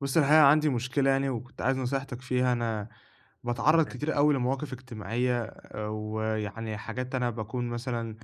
بُص الحقيقة عندي مشكلة يعني وكنت عايز نصيحتك فيها، أنا باتعرّض تمام. كتير أوي لمواقف اجتماعية ويعني حاجات أنا باكون مثلًا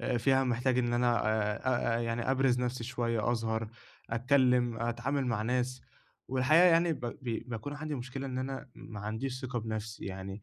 فيها محتاج إن أنا أ أ يعني أبرز نَفْسي شوية، أظهر، أتكلّم، أتعامل مع ناس، والحقيقة يعني ب ب باكون عندي مشكلة إن أنا ما عنديش ثقة بنَفْسي، يعني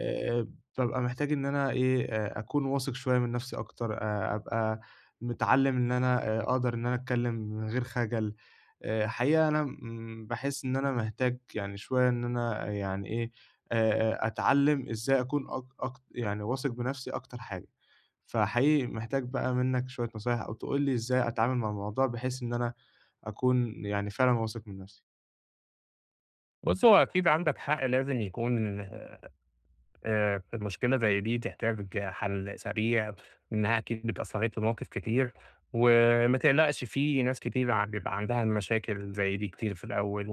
آآ بابقى محتاج إن أنا إيه، أكون واثق شوية من نَفْسي أكتر، أبقى متعلِّم إن أنا أقدر إن أنا أتكلّم من غير خجل، حقيقة أنا باحس إن أنا محتاج يعني شوية إن أنا آه، يعني إيه أتعلّم إزاي أكون أك أك يعني واثق بنَفْسي أكتر حاجة. فحقيقي محتاج بقى منّك شوية نصايح أو تقول لي إزاي أتعامل مع الموضوع بحيث إن أنا أكون يعني فعلًا واثق من نَفْسي. بُص، هو أكيد عندك حق لازم يكون في مشكلة زي دي تحتاج حل سريع، إنها أكيد اتأثّرت بمواقف كتير، وما تقلقش في ناس كتير ع بيبقى عندها المشاكل زي دي كتير في الأول،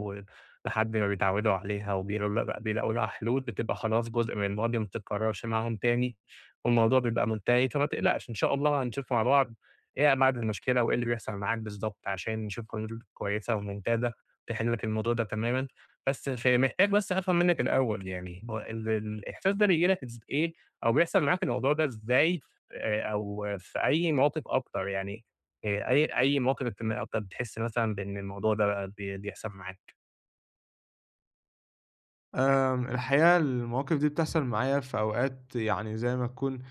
ولحد ما بيتعودوا عليها وبيلاق بيلاقوا لها حلول بتبقى خلاص جزء من الماضي ما بتتكررش معاهم تاني، والموضوع بيبقى منتهي، فما تقلقش إن شاء الله هنشوف مع بعض إيه أبعاد المشكلة وإيه اللي بيحصل معاك بالضبط، عشان نشوف حلول كويسة وممتازة تحل لك الموضوع ده تمامًا. بس ف محتاج بس أفهم منِّك الأول يعني هو الإحساس ده بييجي لك إيه أو بيحصل معاك الموضوع ده إزاي أو في أي مواقف أكتر يعني أي مواقف اجتماعية أكتر بتحس مثلًا بإن الموضوع ده بقى بيحصل معاك؟ الحقيقة المواقف دي بتحصل معايا في أوقات يعني زي ما تكون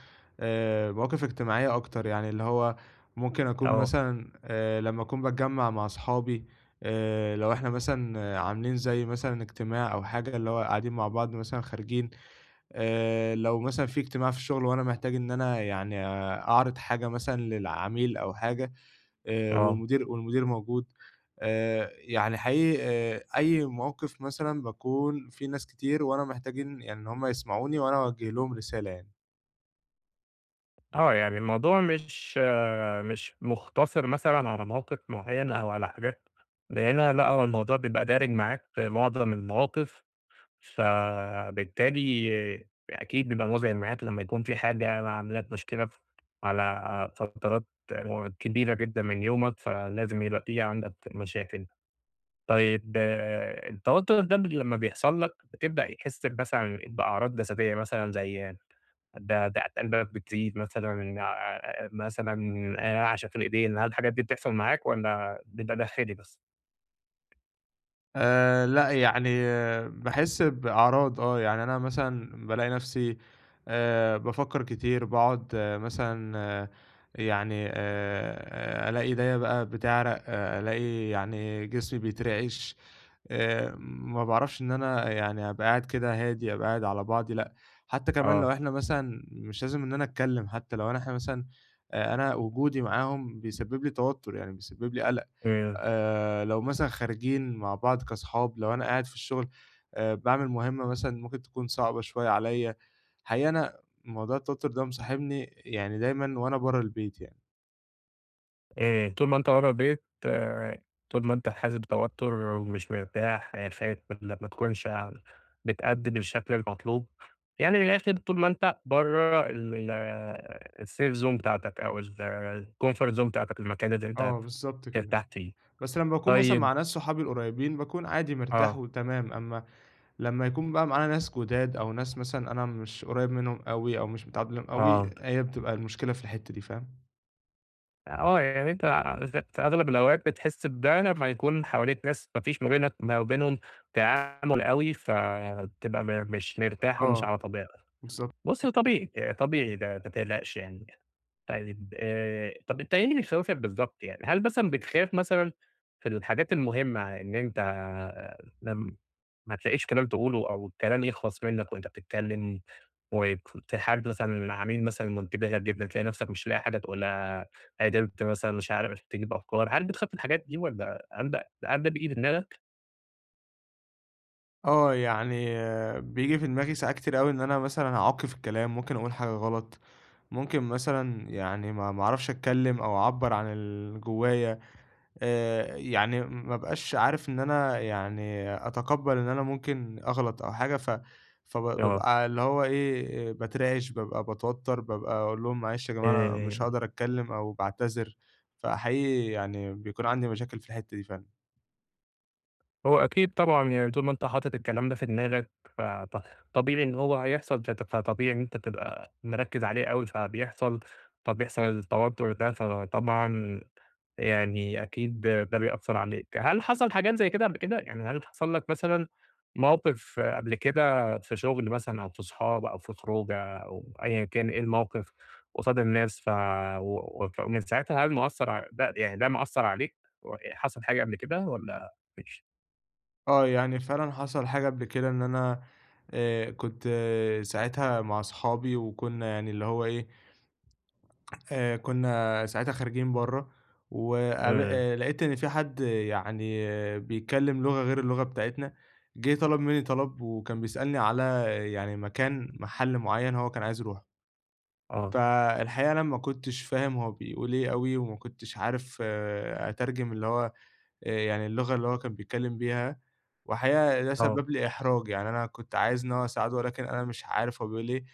مواقف اجتماعية أكتر، يعني اللي هو ممكن أكون آه، مثلًا لمّا أكون باتجمّع مع أصحابي لو إحنا مثلًا آه، عاملين زي مثلًا اجتماع أو حاجة اللي هو قاعدين مع بعض مثلًا خارجين لو مثلًا في اجتماع في الشغل وأنا محتاج إن أنا يعني آه، أعرض حاجة مثلًا للعميل أو حاجة آه، والمدير موجود، يعني حقيقي أي موقف مثلًا باكون في ناس كتير وأنا محتاجين يعني إن هم يسمعوني وأنا أوجّه لهم رسالة يعني. آه، يعني الموضوع مش آه، مش مُقتصر مثلًا على موقف معيّن أو على حاجات معيّنة لأ، هو الموضوع بيبقى دارج معاك في معظم المواقف. فبالتالي أكيد بيبقى مُزعِج معاك لمّا يكون في حاجة عاملة لك مشكلة ف على فترات كبيرة جدًا من يومك، فلازم يبقى في عندك مشاكل. طيب آه، التوتر ده لمّا بيحصل لك بتبدأ تحس مثلًا بأعراض جسدية مثلًا زي ده قلبك بتزيد مثلًا مثلًا عشان في الإيدين، هل الحاجات دي بتحصل معاك والّا بيبقى داخلي بس؟ لأ، يعني آه، باحس بأعراض آه، يعني أنا مثلًا بالاقي نَفْسي بافكّر كتير، باقعد مثلًا أه يعني ألاقي إيديّا بقى بتعرق، أه ألاقي يعني جسمي بيترعش، ما باعرفش إن أنا يعني أبقى قاعد كده هادي، أبقى قاعد على بعضي لأ، حتّى كمان لو آه. إحنا مثلًا مش لازم إن أنا أتكلّم حتّى لو إحنا مثلًا أنا وجودي معاهم بيسبب لي توتُّر، يعني بيسبب لي قَلَق. لو مثلًا خارجين مع بعض كاصحاب، لو أنا قاعد في الشغل باعمل مهمة مثلًا ممكن تكون صعبة شوية عليّا، حقيقة أنا موضوع التوتر ده مصاحبني يعني دايمًا وأنا برّه البيت يعني. طول ما أنت ورا البيت طول ما أنت حاسس بتوتر ومش مرتاح، خايف إنّك ما تكونش ع بتأدي بالشكل المطلوب، يعني من الآخر طول ما أنت برّه الsafe zone بتاعتك أو الcomfort zone بتاعتك، المكان اللي أنت آه، بالضبط كده. ترتاح فيه. بس لمّا باكون مثلًا طيب مع ناس صحابي القريبين، باكون عادي مرتاح آه، وتمام، أمّا لمّا يكون بقى معانا ناس جداد أو ناس مثلًا أنا مش قريب منهم أوي أو مش متعامل معاهم أوي، آه، هي بتبقى المشكلة في الحتّة دي، فاهم؟ آه، يعني أنت في أغلب الأوقات بتحس بده لمّا يكون حواليك ناس ما فيش ما بينك ما بينهم تعامل أوي، فبتبقى مش مرتاح ومش على آه، طبيعتك. بالضبط. بُصّي، هو طبيعي، طبيعي ده ما تقلقش يعني. طيب طَب أنت إيه اللي خوّفك بالضبط يعني؟ هل مثلًا بتخاف مثلًا في الحاجات المهمة إن أنت آه، لم ما تلاقيش كلام تقوله أو الكلام يخلص منّك وأنت بتتكلّم ويك في حد مثلًا عميل مثلًا منتبهك جدًا تلاقي نَفْسك مش لاقي حاجة تقولها، قدرت مثلًا مش عارف تجيب أفكار، هل بتخاف من الحاجات دي والّا عندك بييجي في دماغك؟ آه، يعني بييجي في دماغي ساعات كتير أوي إن أنا مثلًا هاعُك في الكلام، ممكن أقول حاجة غلط، ممكن مثلًا يعني ما أعرفش أتكلّم أو أعبّر عن اللي جوّايا، يعني ما أبقاش عارف إن أنا يعني أتقبّل إن أنا ممكن أغلط أو حاجة، ف فب آه. بابقى اللي هو إيه، باترعِش، بابقى باتوتّر، بابقى أقول لهم معلش يا جماعة أنا آآ مش هاقدر أتكلّم أو باعتذر، فحقيقي يعني بيكون عندي مشاكل في الحتّة دي فعلًا. هو أكيد طبعًا يعني طول ما أنت حاطط الكلام ده في دماغك فط طبيعي إن هو هيحصل، فطبيعي إن أنت تبقى مركّز عليه أوي فبيحصل، فبيحصل التوتر ده، فطبعًا يعني أكيد ده بيأثّر عليك. هل حصل حاجات زي كده قبل كده؟ يعني هل حصل لك مثلًا موقف قبل كده في شغل مثلًا أو في صحاب أو في خروجة أو أيًا كان إيه الموقف قصاد الناس ف و فمن ساعتها هل مأثّر ع ده يعني ده مأثّر عليك و حصل حاجة قبل كده والّا مش؟ آه، يعني فعلًا حصل حاجة قبل كده إن أنا كنت آه، ساعتها مع أصحابي وكنا يعني اللي هو إيه، كنا ساعتها خارجين برّه وقاب إمم، لقيت إن في حد آه، يعني آه، بيتكلم لغة غير اللغة بتاعتنا، جه طلب مني طلب وكان بيسألني على آه، يعني مكان محل معين هو كان عايز يروحه، آه، فالحقيقة أنا ما كنتش فاهم هو بيقول إيه أوي وما كنتش عارف آه، أترجم اللي هو يعني اللغة اللي هو كان بيتكلّم بيها، والحقيقة ده آه، إمم، سبّب لي إحراج، يعني أنا كنت عايز إن أنا أساعده ولكن أنا مش عارف هو بيقول إيه،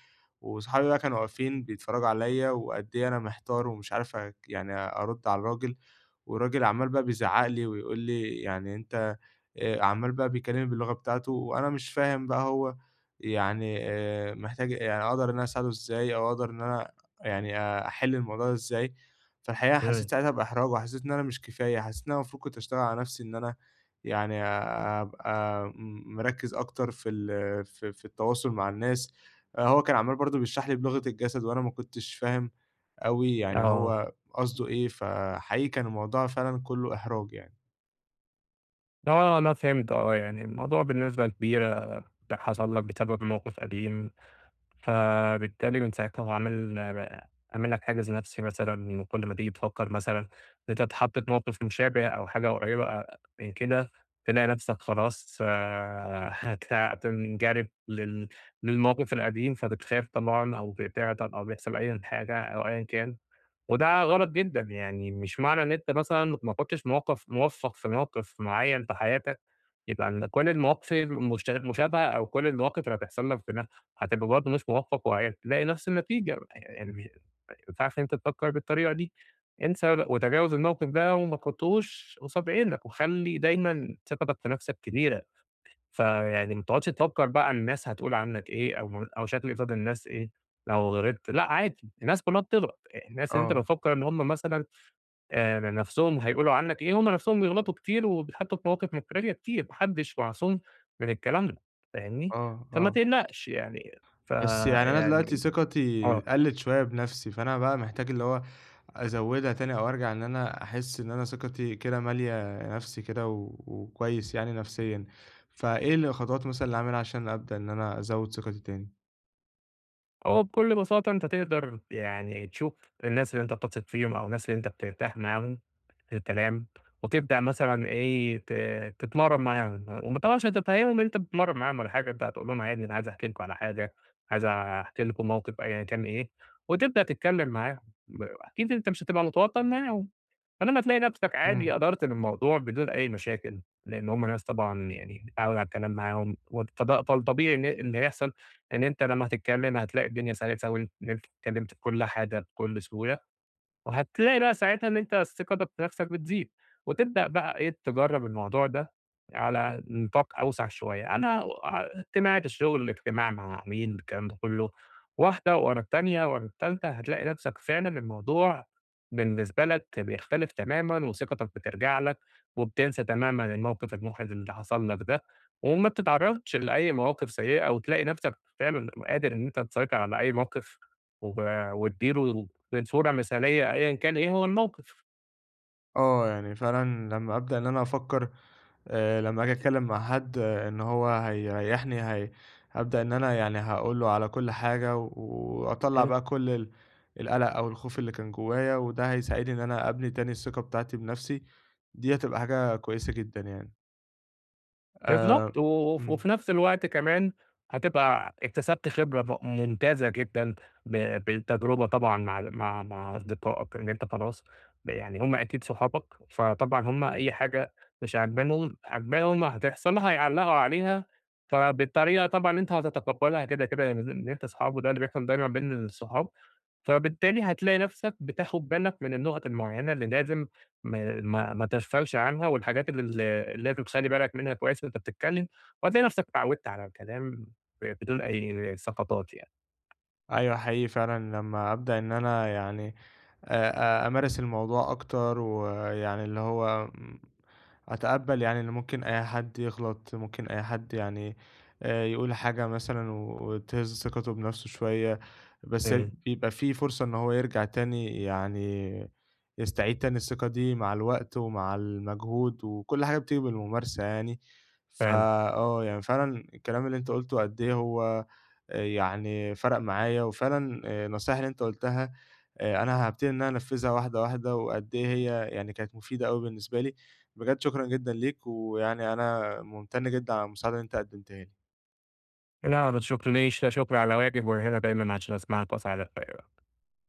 وصحابي بقى كانوا واقفين بيتفرّجوا عليّا وقد إيه أنا محتار ومش عارف يعني أرُد على الراجل، والراجل عَمّال بقى بيزعّق لي ويقول لي يعني أنت عَمّال بقى بيكلّمني باللغة بتاعته وأنا مش فاهم بقى هو يعني محتاج يعني أقدر إن أنا أساعده إزاي أو أقدر إن أنا يعني أحِل الموضوع ده إزاي؟ فالحقيقة حسيت ساعتها بإحراج، وحسيت إن أنا مش كفاية، حسيت إن أنا المفروض كنت أشتغل على نفسي إن أنا يعني أبقى مركّز أكتر في ال في في التواصل مع الناس، هو كان عمّال برضه بيشرح لي بلغة الجسد وأنا ما كنتش فاهم أوي يعني آه، هو قصده إيه، فحقيقي كان الموضوع فعلًا كلّه إحراج يعني. يعني، آه، أنا فهمت آه، يعني الموضوع بالنسبة كبيرة حصل لك بسبب موقف قديم، فبالتالي من ساعتها هو عامل لك حاجز نفسي مثلًا، وكل ما تيجي تفكر مثلًا إن أنت اتحطيت في موقف مشابه أو حاجة قريبة من كده، تلاقي نفسك خلاص هتنجرف للموقف القديم، فبتخاف طبعًا أو بتعطل أو بيحصل أيًا حاجة أو أيًا كان. وده غلط جدًا، يعني مش معنى إن أنت مثلًا ما كنتش موفّق في موقف معيّن في حياتك، يبقى إن كل المواقف مشابهة أو كل المواقف اللي هتحصل لك هنا هتبقى برضه مش موفّق وهتلاقي نفس النتيجة، يعني مش- ما ينفعش إن أنت تفكّر بالطريقة دي، انسى وتجاوز الموقف ده وما تحطّهوش قصاد عينك، وخلّي دايمًا ثقتك في نفسك كبيرة. فيعني ما تقعدش تفكر بقى الناس هتقول عنك إيه أو شكل قصاد الناس إيه لو غلطت، لأ عادي الناس كلّها بتغلط، الناس اللي أنت آه، بتفكر إن هم مثلًا نَفْسهم هيقولوا عنك إيه، هم نَفْسهم بيغلطوا كتير وبيتحطوا في مواقف مُحرجة كتير، ما حدش معصوم من الكلام ده فاهمني؟ آه، فما آه. تقلقش يعني بس يعني أنا دلوقتي فيعني ثقتي آه، قَلِّت شوية بنَفْسي، فأنا بقى محتاج اللي هو أزوّدها تاني أو أرجع إن أنا أحس إن أنا ثقتي كده مالية نَفْسي كده و وكويس يعني نَفْسيًا، فإيه الخطوات مثلًا اللي أعملها عشان أبدأ إن أنا أزوّد ثقتي تاني؟ هو بكل بساطة أنت تقدر يعني تشوف الناس اللي أنت بتثق فيهم أو الناس اللي أنت بترتاح معاهم تمام، وتبدأ مثلًا إيه، تتمرّن معاهم، وطبعًا مش هتفهّمهم إن أنت بتتمرّن معاهم ولا حاجة، أنت هتقول لهم عادي أنا عايز أحكي لكم على حاجة، عايز أحكي لكم موقف أيًا كان إيه، وتبدأ تتكلّم معاهم، أكيد أنت مش هتبقى متوتّر معاهم، فلمّا تلاقي نَفْسك عادي إمم. قدرت للموضوع بدون أي مشاكل، لإن هم ناس طبعًا يعني اتعوّد على الكلام معاهم، فالطبيعي إن إيه، اللي هيحصل إن أنت لمّا هتتكلّم هتلاقي الدنيا سَلِسة إن أنت اتكلّمت في كل حاجة بكل سهولة. وهتلاقي بقى ساعتها إن أنت ثقتك في نفسك بتزيد، وتبدأ بقى إيه تجرّب الموضوع ده على نطاق أوسع شوية، أنا اجتماعات الشغل، اجتماع مع عميل، الكلام ده كله، واحدة ورا التانية ورا التالتة، هتلاقي نفسك فعلًا الموضوع بالنسبة لك بيختلف تمامًا، وثقتك بترجع لك، وبتنسى تمامًا الموقف المحرج اللي حصل لك ده، وما بتتعرّضش لأي مواقف سيئة، وتلاقي نفسك فعلًا قادر إن أنت تسيطر على أي موقف و وتديره من صورة مثالية أيًا كان إيه هو الموقف. آه، يعني فعلًا لمّا أبدأ إن أنا أفكّر لمّا آجي أتكلّم مع حد آه، إن هو هيريّحني هي هابدأ إن أنا يعني هاقول له على كل حاجة وأطلّع إمم. بقى كل القلق أو الخوف اللي كان جوايا، وده هيساعدني إن أنا أبني تاني الثقة بتاعتي بنَفْسي، دي هتبقى حاجة كويسة جدًا يعني. آآ بالضبط، و إمم. وفي نفس الوقت كمان هتبقى اكتسبت خبرة ممتازة جدًا بالتجربة طبعًا مع أصدقائك، إن أنت خلاص يعني هم أكيد صحابك، فطبعًا هم أي حاجة مش عاجبانهم عاجباهم هتحصل هيعلّقوا عليها، فبالطريقة طبعًا أنت هتتقبلها كده، كده إن أنت صحابه ده اللي بيحصل دايمًا بين الصحاب. فبالتالي هتلاقي نفسك بتاخد بالك من النقط المعينة اللي لازم ما تغفلش عنها، والحاجات اللي لازم تخلّي بالك منها كويس وأنت بتتكلم، وهتلاقي نفسك اتعودت على الكلام بدون أي سقطات يعني. أيوه حقيقي فعلًا لمّا أبدأ إن أنا يعني أ أمارس الموضوع أكتر ويعني اللي هو أتقبّل يعني إن ممكن أي حد يغلط، ممكن أي حد يعني يقول حاجة مثلًا وتهز ثقته بنفسه شوية، بس آآ بيبقى في فرصة إن هو يرجع تاني يعني يستعيد تاني الثقة دي مع الوقت ومع المجهود وكل حاجة بتيجي بالممارسة يعني. فعلًا. فآه، يعني فعلًا الكلام اللي أنت قُلته قد إيه هو يعني فرَق معايا، وفعلًا النصايح اللي أنت قُلتها أنا هابتدي إن أنا أنفّذها واحدة، واحدة، وقد إيه هي يعني كانت مفيدة أوي بالنسبة لي، بجد شكرًا جدًا ليك، ويعني أنا مُمتَن جدًا على المساعدة اللي أنت قدّمتها لي. لا ما تشكرنيش، لا شكر على واجب، وهنا دايمًا عشان أسمعك وأساعدك في أي وقت.